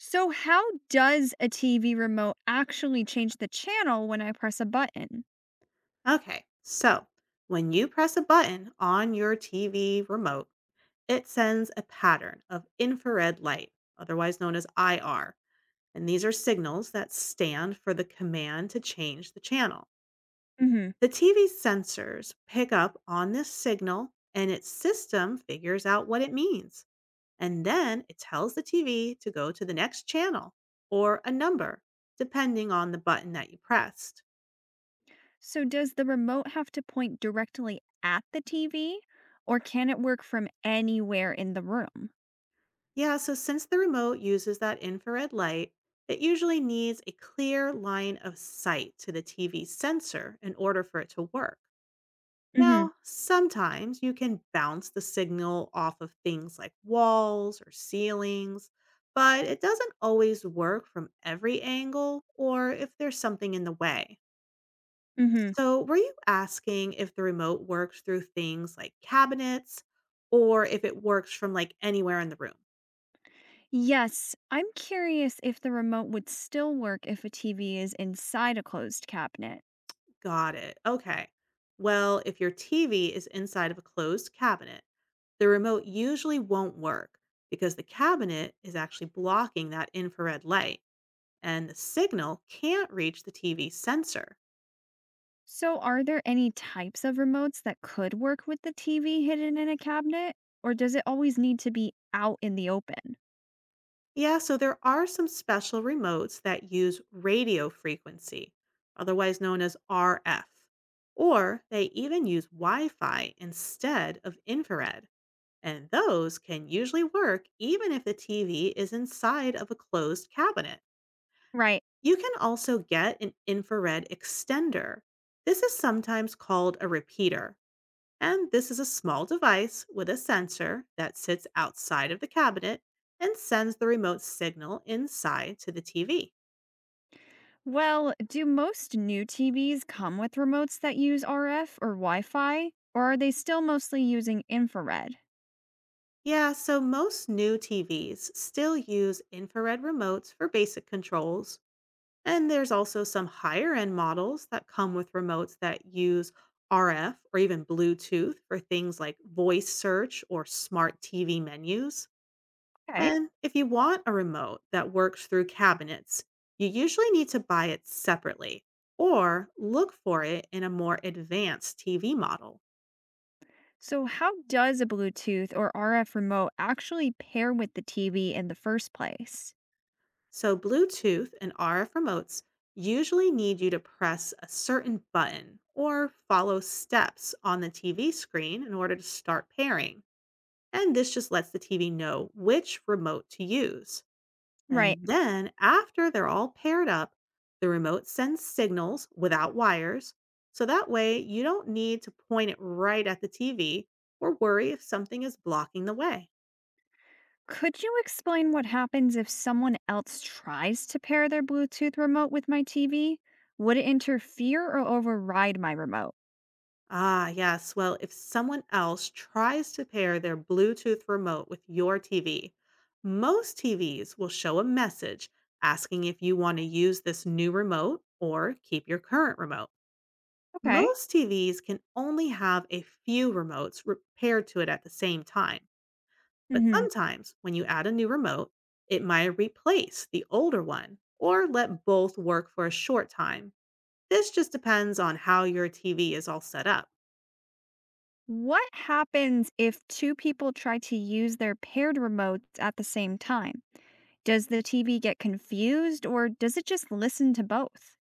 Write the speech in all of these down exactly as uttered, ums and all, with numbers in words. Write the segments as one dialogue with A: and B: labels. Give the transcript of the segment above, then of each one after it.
A: So, how does a T V remote actually change the channel when I press a button?
B: Okay, so when you press a button on your T V remote, it sends a pattern of infrared light, otherwise known as I R. And these are signals that stand for the command to change the channel.
A: hmm
B: The T V sensors pick up on this signal and its system figures out what it means. And then it tells the T V to go to the next channel or a number, depending on the button that you pressed.
A: So, does the remote have to point directly at the T V or can it work from anywhere in the room?
B: Yeah, so since the remote uses that infrared light, it usually needs a clear line of sight to the T V sensor in order for it to work.
A: hmm
B: Now, sometimes you can bounce the signal off of things like walls or ceilings, but it doesn't always work from every angle or if there's something in the way.
A: hmm
B: So, were you asking if the remote works through things like cabinets or if it works from like anywhere in the room?
A: Yes, I'm curious if the remote would still work if a T V is inside a closed cabinet.
B: Got it. Okay. Well, if your T V is inside of a closed cabinet, the remote usually won't work because the cabinet is actually blocking that infrared light and the signal can't reach the T V sensor.
A: So, are there any types of remotes that could work with the T V hidden in a cabinet or does it always need to be out in the open?
B: Yeah, so there are some special remotes that use radio frequency, otherwise known as R F, or they even use Wi Fi instead of infrared. And those can usually work even if the T V is inside of a closed cabinet.
A: Right.
B: You can also get an infrared extender. This is sometimes called a repeater, and this is a small device with a sensor that sits outside of the cabinet and sends the remote signal inside to the T V.
A: Well, do most new T Vs come with remotes that use R F or Wi Fi, or are they still mostly using infrared?
B: Yeah, so most new T Vs still use infrared remotes for basic controls, and there's also some higher end models that come with remotes that use R F or even Bluetooth for things like voice search or smart T V menus.
A: Okay.
B: And if you want a remote that works through cabinets, you usually need to buy it separately or look for it in a more advanced T V model.
A: So, how does a Bluetooth or R F remote actually pair with the T V in the first place?
B: So, Bluetooth and R F remotes usually need you to press a certain button or follow steps on the T V screen in order to start pairing. And this just lets the T V know which remote to use.
A: Right.
B: And then, after they're all paired up, the remote sends signals without wires, so that way you don't need to point it right at the T V or worry if something is blocking the way.
A: Could you explain what happens if someone else tries to pair their Bluetooth remote with my T V? Would it interfere or override my remote?
B: Ah, yes. Well, if someone else tries to pair their Bluetooth remote with your T V, most T Vs will show a message asking if you want to use this new remote or keep your current remote.
A: Okay.
B: Most T Vs can only have a few remotes re- paired to it at the same time, but
A: Mm hmm.
B: sometimes when you add a new remote, it might replace the older one or let both work for a short time. This just depends on how your T V is all set up.
A: What happens if two people try to use their paired remotes at the same time? Does the T V get confused or does it just listen to both?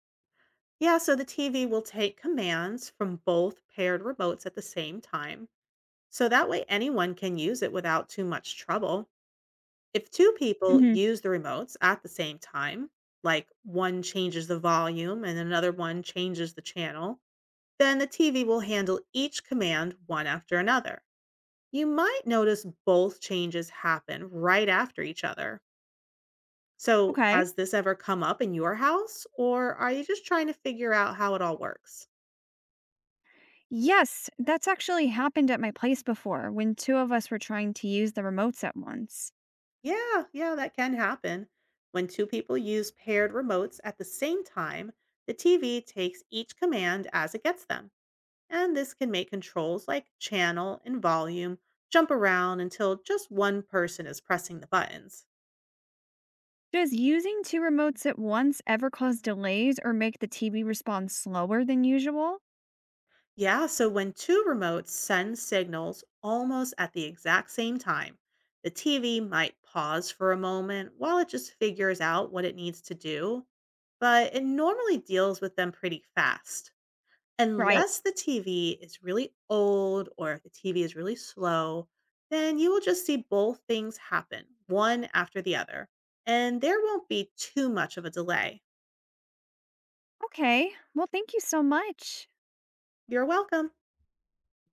B: Yeah, so the T V will take commands from both paired remotes at the same time, so that way anyone can use it without too much trouble. If two people
A: hmm
B: use the remotes at the same time, like one changes the volume and another one changes the channel, then the T V will handle each command one after another. You might notice both changes happen right after each other. So,
A: Okay.
B: has this ever come up in your house, or are you just trying to figure out how it all works?
A: Yes, that's actually happened at my place before when two of us were trying to use the remotes at once.
B: Yeah, yeah, that can happen. When two people use paired remotes at the same time, the T V takes each command as it gets them. And this can make controls like channel and volume jump around until just one person is pressing the buttons.
A: Does using two remotes at once ever cause delays or make the T V respond slower than usual?
B: Yeah, so when two remotes send signals almost at the exact same time, the T V might pause for a moment while it just figures out what it needs to do, but it normally deals with them pretty fast.
A: Right.
B: Unless the T V is really old or if the T V is really slow, then you will just see both things happen, one after the other, and there won't be too much of a delay.
A: Okay. Well, thank you so much.
B: You're welcome.